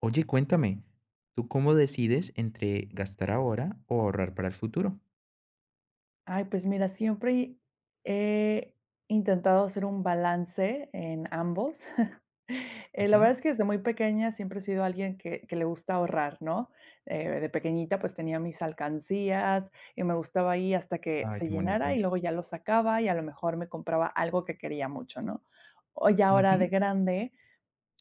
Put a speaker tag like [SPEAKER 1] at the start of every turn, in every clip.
[SPEAKER 1] Oye, cuéntame, ¿tú cómo decides entre gastar ahora o ahorrar para el futuro?
[SPEAKER 2] Ay, pues mira, siempre he intentado hacer un balance en ambos. La
[SPEAKER 1] Ujú.
[SPEAKER 2] verdad es que desde muy pequeña siempre he sido alguien que le gusta ahorrar, ¿no? De pequeñita pues tenía mis alcancías y me gustaba ahí hasta que
[SPEAKER 1] Ay,
[SPEAKER 2] se
[SPEAKER 1] qué
[SPEAKER 2] llenara
[SPEAKER 1] bonito.
[SPEAKER 2] y luego ya lo sacaba y a lo mejor me compraba algo que quería mucho, ¿no? O ya ahora de
[SPEAKER 1] Ujú.
[SPEAKER 2] grande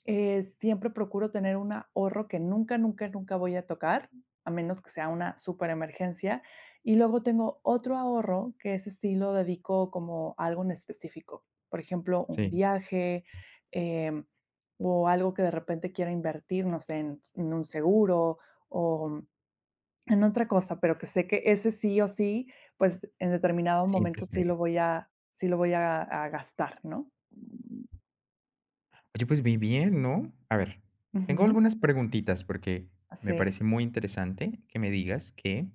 [SPEAKER 2] siempre procuro tener un ahorro que nunca voy a tocar, a menos que sea una superemergencia. Y luego tengo otro ahorro que ese sí lo dedico como a algo en específico. Por ejemplo, un
[SPEAKER 1] Sí,
[SPEAKER 2] viaje, em, o algo que de repente quiera invertir, no sé, en un seguro o en otra cosa, pero que sé que ese sí o sí, pues en determinado
[SPEAKER 1] siempre
[SPEAKER 2] momento
[SPEAKER 1] está ahí.
[SPEAKER 2] sí lo voy a gastar, ¿no?
[SPEAKER 1] Oye, pues muy bien, ¿no? A ver, tengo
[SPEAKER 2] Ujú.
[SPEAKER 1] algunas preguntitas porque me
[SPEAKER 2] Así.
[SPEAKER 1] parece muy interesante que me digas que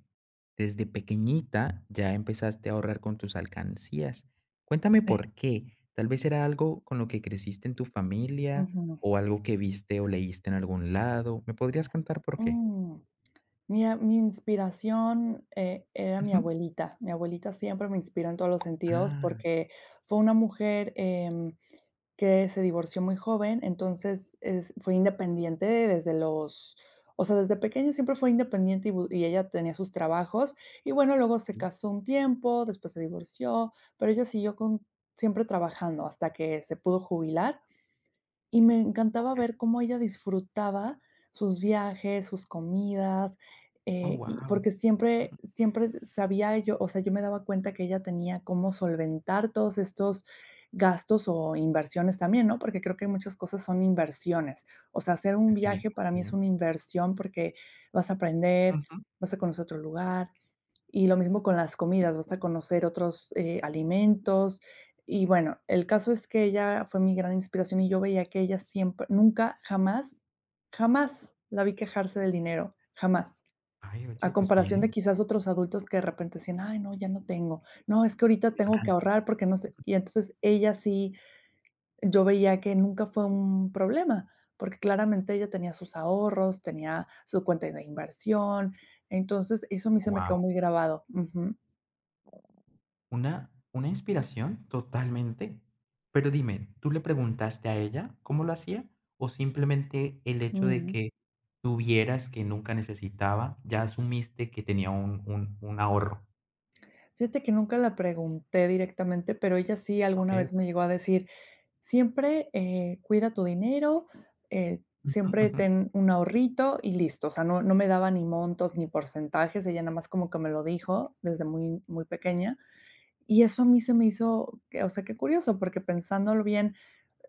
[SPEAKER 1] desde pequeñita ya empezaste a ahorrar con tus alcancías. Cuéntame
[SPEAKER 2] Sí.
[SPEAKER 1] por qué. Tal vez era algo con lo que creciste en tu familia
[SPEAKER 2] Ujú.
[SPEAKER 1] o algo que viste o leíste en algún lado. ¿Me podrías contar por qué?
[SPEAKER 2] Mm. Mira, mi inspiración, era mi
[SPEAKER 1] Ujú.
[SPEAKER 2] abuelita. Mi abuelita siempre me inspira en todos los sentidos,
[SPEAKER 1] Ah.
[SPEAKER 2] porque fue una mujer, que se divorció muy joven, entonces, es fue independiente desde los… O sea, desde pequeña siempre fue independiente y bu y ella tenía sus trabajos. Y bueno, luego se
[SPEAKER 1] Sí,
[SPEAKER 2] casó un tiempo, después se divorció, pero ella siguió con… siempre trabajando hasta que se pudo jubilar. Y me encantaba
[SPEAKER 1] okey.
[SPEAKER 2] ver cómo ella disfrutaba sus viajes, sus comidas,
[SPEAKER 1] Oh,
[SPEAKER 2] y
[SPEAKER 1] wow,
[SPEAKER 2] porque siempre sabía yo, o sea, yo me daba cuenta que ella tenía cómo solventar todos estos gastos o inversiones también, ¿no? Porque creo que muchas cosas son inversiones. O sea, hacer un
[SPEAKER 1] aquí
[SPEAKER 2] viaje
[SPEAKER 1] mismo,
[SPEAKER 2] para
[SPEAKER 1] sí.
[SPEAKER 2] mí es una inversión porque vas a aprender,
[SPEAKER 1] Ujú.
[SPEAKER 2] vas a conocer otro lugar, y lo mismo con las comidas, vas a conocer otros, alimentos, y bueno, el caso es que ella fue mi gran inspiración y yo veía que ella siempre nunca, jamás, jamás la vi quejarse del dinero, jamás.
[SPEAKER 1] Ay,
[SPEAKER 2] A
[SPEAKER 1] oye, pues
[SPEAKER 2] comparación de
[SPEAKER 1] bien,
[SPEAKER 2] quizás otros adultos que de repente decían: "Ay, no, ya no tengo. No, es que ahorita
[SPEAKER 1] me
[SPEAKER 2] tengo que
[SPEAKER 1] alcanza.
[SPEAKER 2] ahorrar porque no sé". Y entonces ella sí, yo veía que nunca fue un problema, porque claramente ella tenía sus ahorros, tenía su cuenta de inversión. Entonces, eso a mí se me quedó
[SPEAKER 1] Wow.
[SPEAKER 2] muy grabado. Ujú.
[SPEAKER 1] Una inspiración totalmente. Pero dime, ¿tú le preguntaste a ella cómo lo hacía o simplemente el hecho de
[SPEAKER 2] Ujú.
[SPEAKER 1] que tuvieras que nunca necesitaba, ya asumiste que tenía un ahorro?
[SPEAKER 2] Fíjate que nunca la pregunté directamente, pero ella sí alguna vez
[SPEAKER 1] ¿Ok?
[SPEAKER 2] me llegó a decir: "Siempre, cuida tu dinero,
[SPEAKER 1] Ujú,
[SPEAKER 2] siempre
[SPEAKER 1] ujú.
[SPEAKER 2] ten un ahorrito y listo". O sea, no me daba ni montos ni porcentajes, ella nada más como que me lo dijo desde muy pequeña. Y eso a mí se me hizo, que o sea, qué curioso, porque pensándolo bien,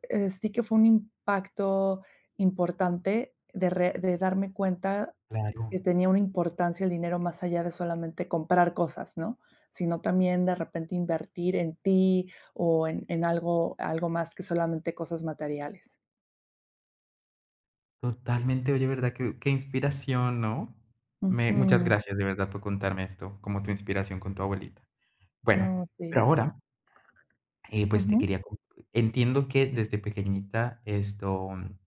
[SPEAKER 2] sí que fue un impacto importante de re de darme cuenta
[SPEAKER 1] Claro,
[SPEAKER 2] que tenía una importancia el dinero más allá de solamente comprar cosas, ¿no? Sino también de repente invertir en ti o en algo algo más que solamente cosas materiales.
[SPEAKER 1] totalmente. Oye, ¿verdad? Qué inspiración, ¿no? Me Muchas
[SPEAKER 2] Ujú.
[SPEAKER 1] gracias de verdad por contarme esto, como tu inspiración con tu abuelita. Bueno,
[SPEAKER 2] No,
[SPEAKER 1] pero
[SPEAKER 2] sí.
[SPEAKER 1] ahora, pues, te
[SPEAKER 2] Ujú.
[SPEAKER 1] quería com entiendo que desde pequeñita esto,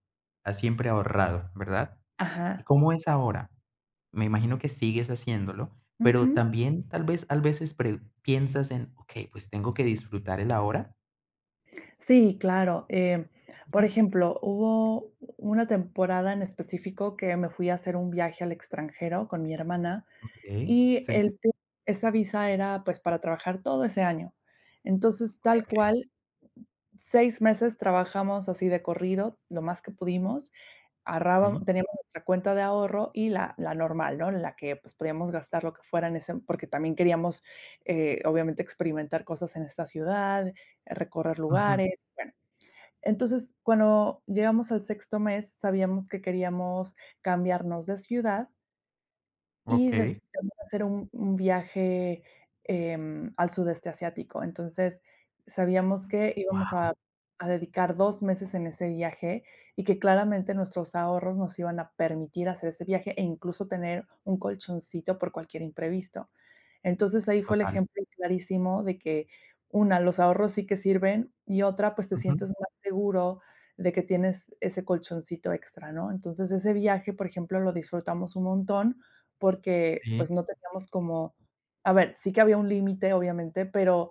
[SPEAKER 1] has siempre ahorrado, ¿verdad? ¿Y
[SPEAKER 2] Ajá.
[SPEAKER 1] cómo es ahora? Me imagino que sigues haciéndolo, pero
[SPEAKER 2] Ujú.
[SPEAKER 1] también tal vez al veces pre piensas en: "Okey, pues, tengo que disfrutar el ahora".
[SPEAKER 2] Sí, claro.
[SPEAKER 1] Ujú.
[SPEAKER 2] Por ejemplo, hubo una temporada en específico que me fui a hacer un viaje al extranjero con mi hermana.
[SPEAKER 1] Okey,
[SPEAKER 2] Y
[SPEAKER 1] sí,
[SPEAKER 2] el pl Esa visa era, pues, para trabajar todo ese año. Entonces,
[SPEAKER 1] okey,
[SPEAKER 2] tal
[SPEAKER 1] okey,
[SPEAKER 2] cual, 6 meses trabajamos así de corrido, lo más que pudimos, ahorrábam
[SPEAKER 1] sí,
[SPEAKER 2] teníamos nuestra cuenta de ahorro y la normal, ¿no? La que, pues, podíamos gastar lo que fuera en ese porque también queríamos, obviamente, experimentar cosas en esta ciudad, recorrer
[SPEAKER 1] ujú,
[SPEAKER 2] lugares, bueno. Entonces, cuando llegamos al 6.º mes, sabíamos que queríamos cambiarnos de ciudad y
[SPEAKER 1] okey,
[SPEAKER 2] después hacer un viaje, al sudeste asiático. Entonces, sabíamos que íbamos
[SPEAKER 1] guau,
[SPEAKER 2] a dedicar 2 meses en ese viaje y que claramente nuestros ahorros nos iban a permitir hacer ese viaje e incluso tener un colchoncito por cualquier imprevisto. Entonces, ahí fue el
[SPEAKER 1] total,
[SPEAKER 2] ejemplo clarísimo de que una, los ahorros sí que sirven y otra, pues, te
[SPEAKER 1] ujú,
[SPEAKER 2] sientes más seguro de que tienes ese colchoncito extra, ¿no? Entonces, ese viaje, por ejemplo, lo disfrutamos un montón porque,
[SPEAKER 1] sí,
[SPEAKER 2] pues, no teníamos como… a ver, sí que había un límite, obviamente, pero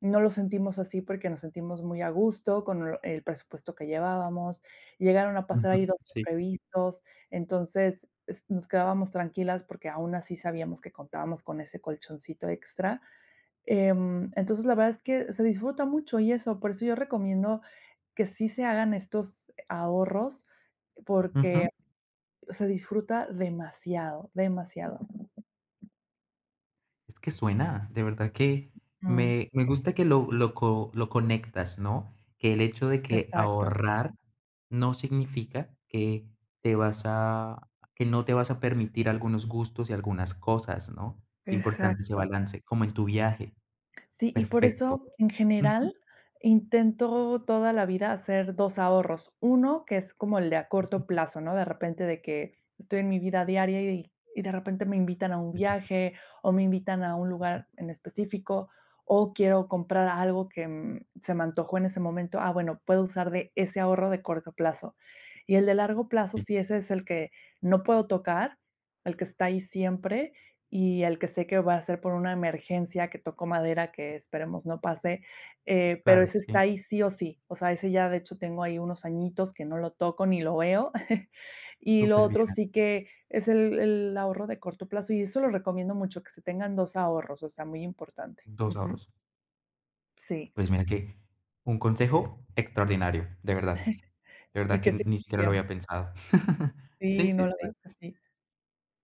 [SPEAKER 2] no lo sentimos así porque nos sentimos muy a gusto con el presupuesto que llevábamos. Llegaron a pasar
[SPEAKER 1] ujú,
[SPEAKER 2] ahí 2
[SPEAKER 1] sí,
[SPEAKER 2] imprevistos, entonces, es nos quedábamos tranquilas porque aún así sabíamos que contábamos con ese colchoncito extra. Entonces, la verdad es que se disfruta mucho y eso, por eso yo recomiendo que sí se hagan estos ahorros,
[SPEAKER 1] ujú.
[SPEAKER 2] porque se disfruta demasiado, demasiado.
[SPEAKER 1] Es que suena, de verdad que
[SPEAKER 2] Mm,
[SPEAKER 1] me gusta que lo conectas, ¿no? Que el hecho de que
[SPEAKER 2] exacto,
[SPEAKER 1] ahorrar no significa que te vas a que no te vas a permitir algunos gustos y algunas cosas, ¿no? Es importante ese
[SPEAKER 2] exacto.
[SPEAKER 1] balance, como en tu viaje.
[SPEAKER 2] Sí, y por
[SPEAKER 1] Perfecto.
[SPEAKER 2] eso, en
[SPEAKER 1] Ujú,
[SPEAKER 2] general, intento toda la vida hacer 2 ahorros. Uno, que es como el de a corto
[SPEAKER 1] ujú.
[SPEAKER 2] plazo, ¿no? De repente, de que estoy en mi vida diaria y de repente me invitan a un
[SPEAKER 1] Necesito.
[SPEAKER 2] viaje, o me invitan a un lugar en específico, o quiero comprar algo que, se me antojó en ese momento. Ah, bueno, puedo usar de ese ahorro de corto plazo. Y el de largo plazo,
[SPEAKER 1] Sí,
[SPEAKER 2] sí, ese es el que no puedo tocar, el que está ahí siempre, y al que sé que va a ser por una emergencia, que toco madera, que esperemos no pase, pero
[SPEAKER 1] claro,
[SPEAKER 2] ese
[SPEAKER 1] sí,
[SPEAKER 2] está ahí sí o sí. O sea, ese ya de hecho tengo ahí unos añitos que no lo toco ni lo veo. Y lo
[SPEAKER 1] Súper bien.
[SPEAKER 2] otro sí que es el ahorro de corto plazo, y eso lo recomiendo mucho, que se tengan 2 ahorros, o sea, muy importante.
[SPEAKER 1] 2
[SPEAKER 2] Ujú.
[SPEAKER 1] ahorros.
[SPEAKER 2] Sí,
[SPEAKER 1] Pues mira que un consejo extraordinario, de verdad. De verdad
[SPEAKER 2] y
[SPEAKER 1] que
[SPEAKER 2] que sí
[SPEAKER 1] ni siquiera lo
[SPEAKER 2] funciona.
[SPEAKER 1] había pensado. Sí,
[SPEAKER 2] Sí, no,
[SPEAKER 1] sí,
[SPEAKER 2] la
[SPEAKER 1] sí.
[SPEAKER 2] verdad es que sí.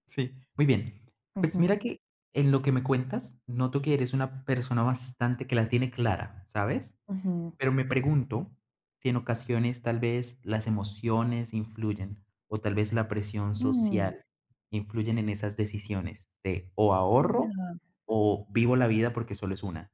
[SPEAKER 1] Sí, muy bien. Pues
[SPEAKER 2] Ujú,
[SPEAKER 1] mira que en lo que me cuentas, noto que eres una persona bastante que la tiene clara, ¿sabes?
[SPEAKER 2] ujú.
[SPEAKER 1] Pero me pregunto si en ocasiones tal vez las emociones influyen o tal vez la presión
[SPEAKER 2] Mm,
[SPEAKER 1] social influyen en esas decisiones de o ahorro
[SPEAKER 2] mira.
[SPEAKER 1] o vivo la vida porque solo es una.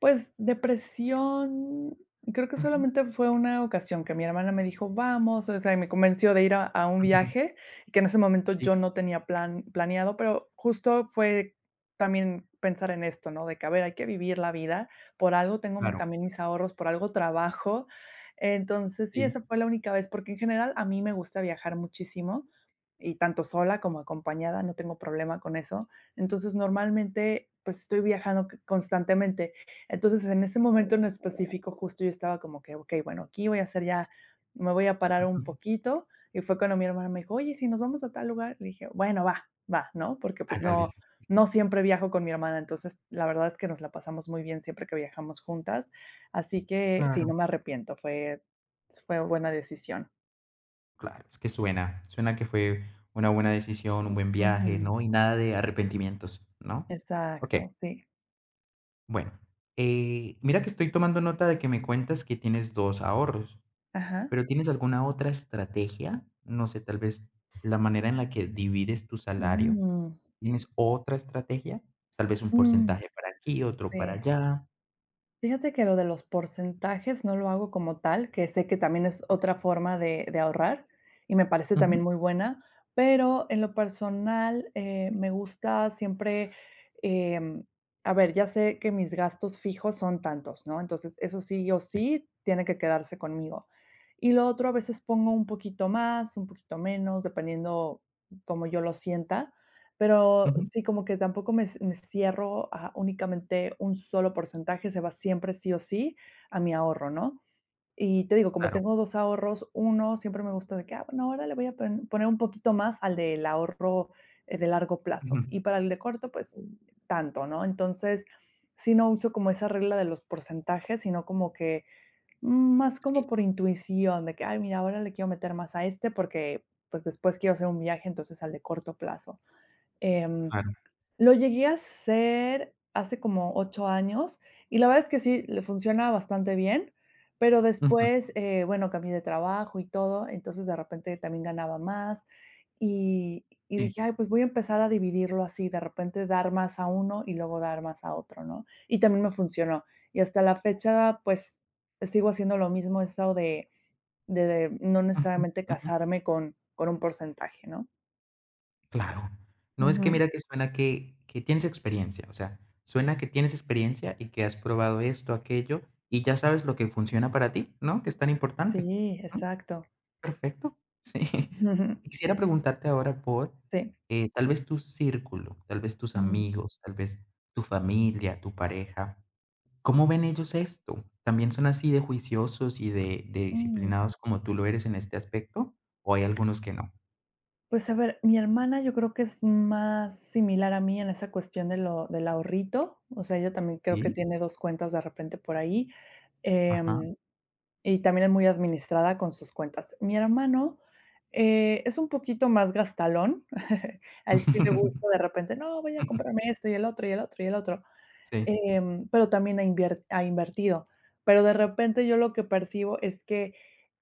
[SPEAKER 2] Pues, depresión, creo que
[SPEAKER 1] Ujú.
[SPEAKER 2] solamente fue una ocasión que mi hermana me dijo: "Vamos", o sea, y me convenció de ir a un viaje, que en ese momento
[SPEAKER 1] Sí,
[SPEAKER 2] yo no tenía planeado, pero justo fue también pensar en esto, ¿no? De que, a ver, hay que vivir la vida, por algo tengo mi
[SPEAKER 1] claro.
[SPEAKER 2] también mis ahorros, por algo trabajo. Entonces, sí,
[SPEAKER 1] Sí.
[SPEAKER 2] esa fue la única vez, porque en general a mí me gusta viajar muchísimo, y tanto sola como acompañada, no tengo problema con eso. Entonces, normalmente, pues, estoy viajando c constantemente. Entonces, en ese momento en específico, justo yo estaba como que: "Okey, bueno, aquí voy a hacer ya me voy a parar
[SPEAKER 1] Ujú.
[SPEAKER 2] un poquito", y fue cuando mi hermana me dijo: "Oye, ¿y si nos vamos a tal lugar?". Le dije: "Bueno, va, va", ¿no? Porque, pues,
[SPEAKER 1] Hágale.
[SPEAKER 2] no siempre viajo con mi hermana, entonces, la verdad es que nos la pasamos muy bien siempre que viajamos juntas, así que sí, no
[SPEAKER 1] Claro.
[SPEAKER 2] me arrepiento, fue buena decisión.
[SPEAKER 1] Claro, es que suena, suena que fue una buena decisión, un buen viaje,
[SPEAKER 2] Ujú.
[SPEAKER 1] ¿no? Y nada de arrepentimientos, ¿no? Ok,
[SPEAKER 2] Exacto, sí.
[SPEAKER 1] bueno. Mira que estoy tomando nota de que me cuentas que tienes dos ahorros,
[SPEAKER 2] Ajá.
[SPEAKER 1] pero ¿tienes alguna otra estrategia? No sé, tal vez la manera en la que divides tu salario.
[SPEAKER 2] Mm.
[SPEAKER 1] ¿Tienes otra estrategia? Tal vez un
[SPEAKER 2] Mm,
[SPEAKER 1] porcentaje para aquí, otro para
[SPEAKER 2] sí.
[SPEAKER 1] allá.
[SPEAKER 2] Fíjate que lo de los porcentajes no lo hago como tal, que sé que también es otra forma de ahorrar, y me parece
[SPEAKER 1] Ujú,
[SPEAKER 2] también muy buena, pero en lo personal, me gusta siempre, em, a ver, ya sé que mis gastos fijos son tantos, ¿no? Entonces, eso sí o
[SPEAKER 1] sí,
[SPEAKER 2] sí tiene que quedarse conmigo. Y lo otro, a veces pongo un poquito más, un poquito menos, dependiendo como yo lo sienta, pero
[SPEAKER 1] ujú,
[SPEAKER 2] sí, como que tampoco me cierro a únicamente un solo porcentaje, se va siempre sí o sí a mi ahorro, ¿no? Y te digo, como
[SPEAKER 1] claro, ujú,
[SPEAKER 2] tengo 2 ahorros, uno siempre me gusta de que, ah, bueno, ahora le voy a poner un poquito más al del ahorro, de largo plazo, y para el de corto, pues tanto, ¿no? Entonces, sí no uso como esa regla de los porcentajes, sino como que, más como
[SPEAKER 1] sí,
[SPEAKER 2] por intuición de que, ay, mira, ahora le quiero meter más a este porque, pues, después quiero hacer un viaje, entonces al de corto plazo. Em,
[SPEAKER 1] claro,
[SPEAKER 2] lo llegué a hacer hace como 8 años, y la verdad es que sí, le funciona bastante bien, pero
[SPEAKER 1] ujú,
[SPEAKER 2] después, bueno, cambié de trabajo y todo, entonces de repente también ganaba más, y
[SPEAKER 1] sí,
[SPEAKER 2] dije: "Ay, pues voy a empezar a dividirlo así, de repente dar más a uno y luego dar más a otro", ¿no? Y también me funcionó. Y hasta la fecha, pues, sigo haciendo lo mismo, eso de no
[SPEAKER 1] ujú,
[SPEAKER 2] necesariamente
[SPEAKER 1] ujú.
[SPEAKER 2] casarme con un porcentaje, ¿no?
[SPEAKER 1] Claro. No, es que
[SPEAKER 2] Ujú.
[SPEAKER 1] mira que suena que tienes experiencia, o sea, suena que tienes experiencia y que has probado esto, aquello, y ya sabes lo que funciona para ti, ¿no? Que es tan importante.
[SPEAKER 2] Sí,
[SPEAKER 1] Mm,
[SPEAKER 2] exacto.
[SPEAKER 1] perfecto. Sí. Quisiera preguntarte ahora por,
[SPEAKER 2] Sí.
[SPEAKER 1] tal vez tu círculo, tal vez tus
[SPEAKER 2] Mm,
[SPEAKER 1] amigos, tal vez tu familia, tu pareja, ¿cómo ven ellos esto? ¿También son así de juiciosos y de
[SPEAKER 2] mm.
[SPEAKER 1] disciplinados como tú lo eres en este aspecto, o hay algunos que no?
[SPEAKER 2] Pues, a ver, mi hermana yo creo que es más similar a mí en esa cuestión de lo del ahorrito, o sea, ella también creo que
[SPEAKER 1] Sí,
[SPEAKER 2] tiene 2 cuentas de repente por ahí,
[SPEAKER 1] ajá.
[SPEAKER 2] em, y también es muy administrada con sus cuentas. Mi hermano, es un poquito más gastalón, a él sí le gusta de repente, no, voy a comprarme esto y el otro, y el otro, y el otro,
[SPEAKER 1] Sí.
[SPEAKER 2] pero también ha invertido, pero de repente yo lo que percibo es que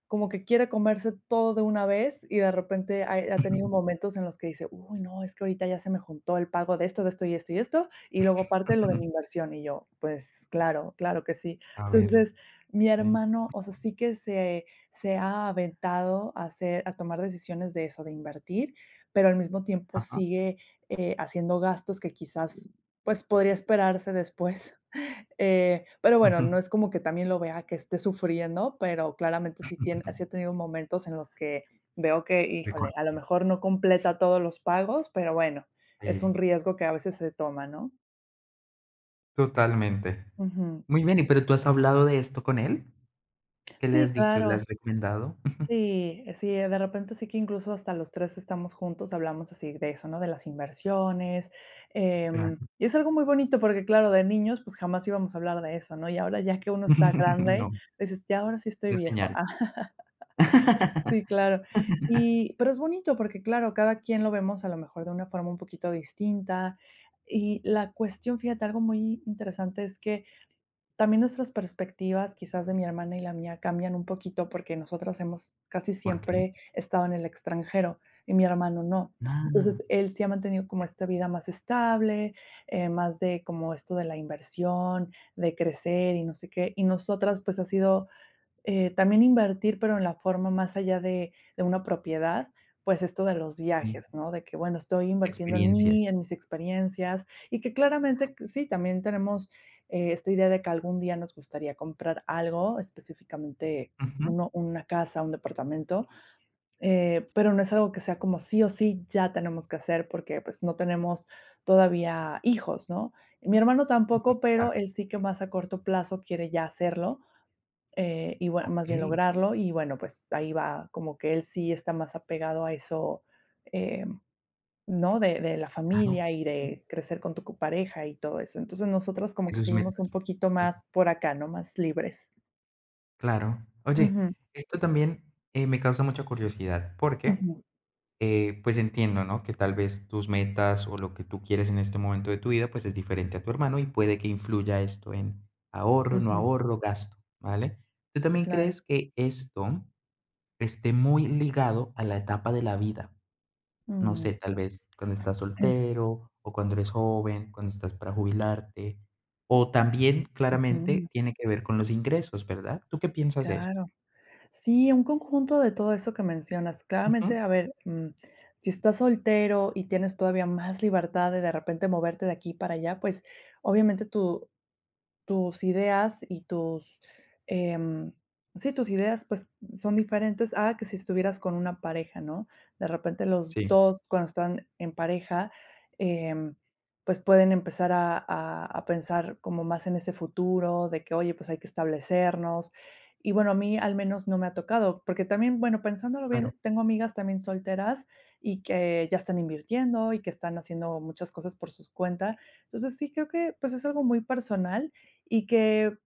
[SPEAKER 2] como que quiere comerse todo de una vez, y de repente ha tenido momentos en los que dice: "Uy, no, es que ahorita ya se me juntó el pago de esto y esto y esto, y luego aparte lo de mi inversión", y yo: "Pues claro, claro que sí".
[SPEAKER 1] A ver,
[SPEAKER 2] Entonces, mi
[SPEAKER 1] sí.
[SPEAKER 2] hermano, o sea, sí que se ha aventado a hacer a tomar decisiones de eso, de invertir, pero al mismo tiempo
[SPEAKER 1] Ajá.
[SPEAKER 2] sigue, haciendo gastos que quizás, pues, podría esperarse después. Pero bueno, no
[SPEAKER 1] Ujú.
[SPEAKER 2] es como que también lo vea que esté sufriendo, pero claramente sí he tenido momentos en los que veo que,
[SPEAKER 1] De cor
[SPEAKER 2] híjole, a lo mejor no completa todos los pagos, pero bueno, es
[SPEAKER 1] sí,
[SPEAKER 2] un riesgo que a veces se toma, ¿no?
[SPEAKER 1] totalmente.
[SPEAKER 2] Ujú.
[SPEAKER 1] Muy bien, y pero, ¿tú has hablado de esto con él? ¿Qué le
[SPEAKER 2] Sí,
[SPEAKER 1] has dicho? ¿Le has
[SPEAKER 2] claro.
[SPEAKER 1] recomendado?
[SPEAKER 2] Sí, sí, de repente sí que incluso hasta los 3 estamos juntos, hablamos así de eso, ¿no? De las inversiones,
[SPEAKER 1] Claro.
[SPEAKER 2] y es algo muy bonito porque, claro, de niños, pues, jamás íbamos a hablar de eso, ¿no? Y ahora ya que uno está grande,
[SPEAKER 1] No,
[SPEAKER 2] dices: "Ya ahora sí estoy
[SPEAKER 1] una
[SPEAKER 2] viejo".
[SPEAKER 1] señal.
[SPEAKER 2] Sí, claro. Y pero es bonito porque, claro, cada quien lo vemos a lo mejor de una forma un poquito distinta. Y la cuestión, fíjate, algo muy interesante es que también nuestras perspectivas, quizás de mi hermana y la mía, cambian un poquito porque nosotras hemos casi
[SPEAKER 1] ¿Por qué?
[SPEAKER 2] siempre estado en el extranjero y mi hermano no.
[SPEAKER 1] Ah,
[SPEAKER 2] Entonces, él sí ha mantenido como esta vida más estable, más de como esto de la inversión, de crecer y no sé qué. Y nosotras, pues ha sido también invertir, pero en la forma más allá de una propiedad, pues, esto de los
[SPEAKER 1] sí,
[SPEAKER 2] viajes, ¿no? De que, bueno, estoy invirtiendo en
[SPEAKER 1] experiencias.
[SPEAKER 2] mí, en mis experiencias, y que claramente que sí, también tenemos, esta idea de que algún día nos gustaría comprar algo, específicamente
[SPEAKER 1] Ujú,
[SPEAKER 2] uno una casa, un departamento, pero no es algo que sea como sí o sí ya tenemos que hacer porque, pues, no tenemos todavía hijos, ¿no? Mi hermano
[SPEAKER 1] ujú,
[SPEAKER 2] tampoco,
[SPEAKER 1] claro.
[SPEAKER 2] pero él sí que más a corto plazo quiere ya hacerlo, y bueno, más bien
[SPEAKER 1] Okey,
[SPEAKER 2] lograrlo, y bueno, pues ahí va como que él sí está más apegado a eso, em, ¿no? De la
[SPEAKER 1] claro,
[SPEAKER 2] familia y
[SPEAKER 1] sí, sí,
[SPEAKER 2] de crecer con tu pareja y todo eso. Entonces, nosotras como
[SPEAKER 1] de
[SPEAKER 2] que
[SPEAKER 1] sus
[SPEAKER 2] seguimos un
[SPEAKER 1] metas.
[SPEAKER 2] poquito
[SPEAKER 1] Sí,
[SPEAKER 2] más por acá, ¿no? Más libres.
[SPEAKER 1] claro. Oye,
[SPEAKER 2] Ujú,
[SPEAKER 1] esto también, me causa mucha curiosidad. ¿Por qué?
[SPEAKER 2] ujú,
[SPEAKER 1] Pues entiendo, ¿no? Que tal vez tus metas o lo que tú quieres en este momento de tu vida, pues es diferente a tu hermano y puede que influya esto en ahorro, no
[SPEAKER 2] ujú,
[SPEAKER 1] ahorro, gasto, ¿vale? ¿Tú también
[SPEAKER 2] claro.
[SPEAKER 1] crees que esto esté muy ligado a la etapa de la vida? No
[SPEAKER 2] Mm,
[SPEAKER 1] sé, tal vez cuando estás soltero o cuando eres joven, cuando estás para jubilarte, o también
[SPEAKER 2] ujú,
[SPEAKER 1] claramente tiene que ver con los ingresos, ¿verdad? ¿Tú qué piensas de esto?
[SPEAKER 2] claro. Sí, un conjunto de todo eso que mencionas.
[SPEAKER 1] Ujú.
[SPEAKER 2] Claramente, a ver, si estás soltero y tienes todavía más libertad de repente moverte de aquí para allá, pues, obviamente tu tus ideas y tus, em, sí, tus ideas, pues, son diferentes a que si estuvieras con una pareja, ¿no? De repente los
[SPEAKER 1] Sí,
[SPEAKER 2] 2 cuando están en pareja, em, pues, pueden empezar a pensar como más en ese futuro, de que, oye, pues, hay que establecernos. Y bueno, a mí al menos no me ha tocado, porque también, bueno, pensándolo
[SPEAKER 1] claro,
[SPEAKER 2] bien, tengo amigas también solteras y que ya están invirtiendo y que están haciendo muchas cosas por sus cuentas. Entonces, sí creo que, pues, es algo muy personal y que,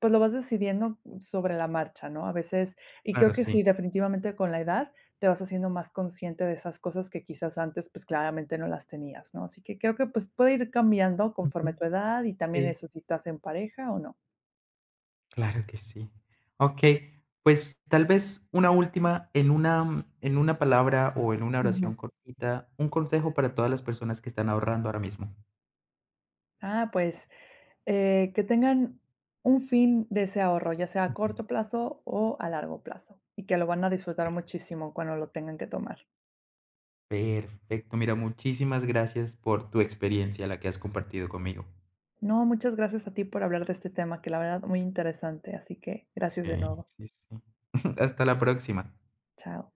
[SPEAKER 2] pues, lo vas decidiendo sobre la marcha, ¿no? A veces, y creo
[SPEAKER 1] claro,
[SPEAKER 2] que
[SPEAKER 1] sí.
[SPEAKER 2] sí, definitivamente con la edad te vas haciendo más consciente de esas cosas que quizás antes, pues, claramente no las tenías, ¿no? Así que creo que, pues, puede ir cambiando conforme
[SPEAKER 1] Ujú,
[SPEAKER 2] tu edad y también
[SPEAKER 1] sí.
[SPEAKER 2] eso si estás en pareja o no.
[SPEAKER 1] Claro que sí. Okey, pues, tal vez una última en una palabra o en una
[SPEAKER 2] Ujú.
[SPEAKER 1] oración cortita, un consejo para todas las personas que están ahorrando ahora mismo.
[SPEAKER 2] Ah, pues, que tengan un fin de ese ahorro, ya sea a
[SPEAKER 1] Ujú.
[SPEAKER 2] corto plazo o a largo plazo, y que lo van a disfrutar muchísimo cuando lo tengan que tomar.
[SPEAKER 1] Perfecto, mira, muchísimas gracias por tu experiencia, la que has compartido conmigo.
[SPEAKER 2] No, muchas gracias a ti por hablar de este tema, que la verdad muy interesante, así que gracias de
[SPEAKER 1] Sí,
[SPEAKER 2] nuevo.
[SPEAKER 1] sí, sí. Hasta la próxima.
[SPEAKER 2] Chao.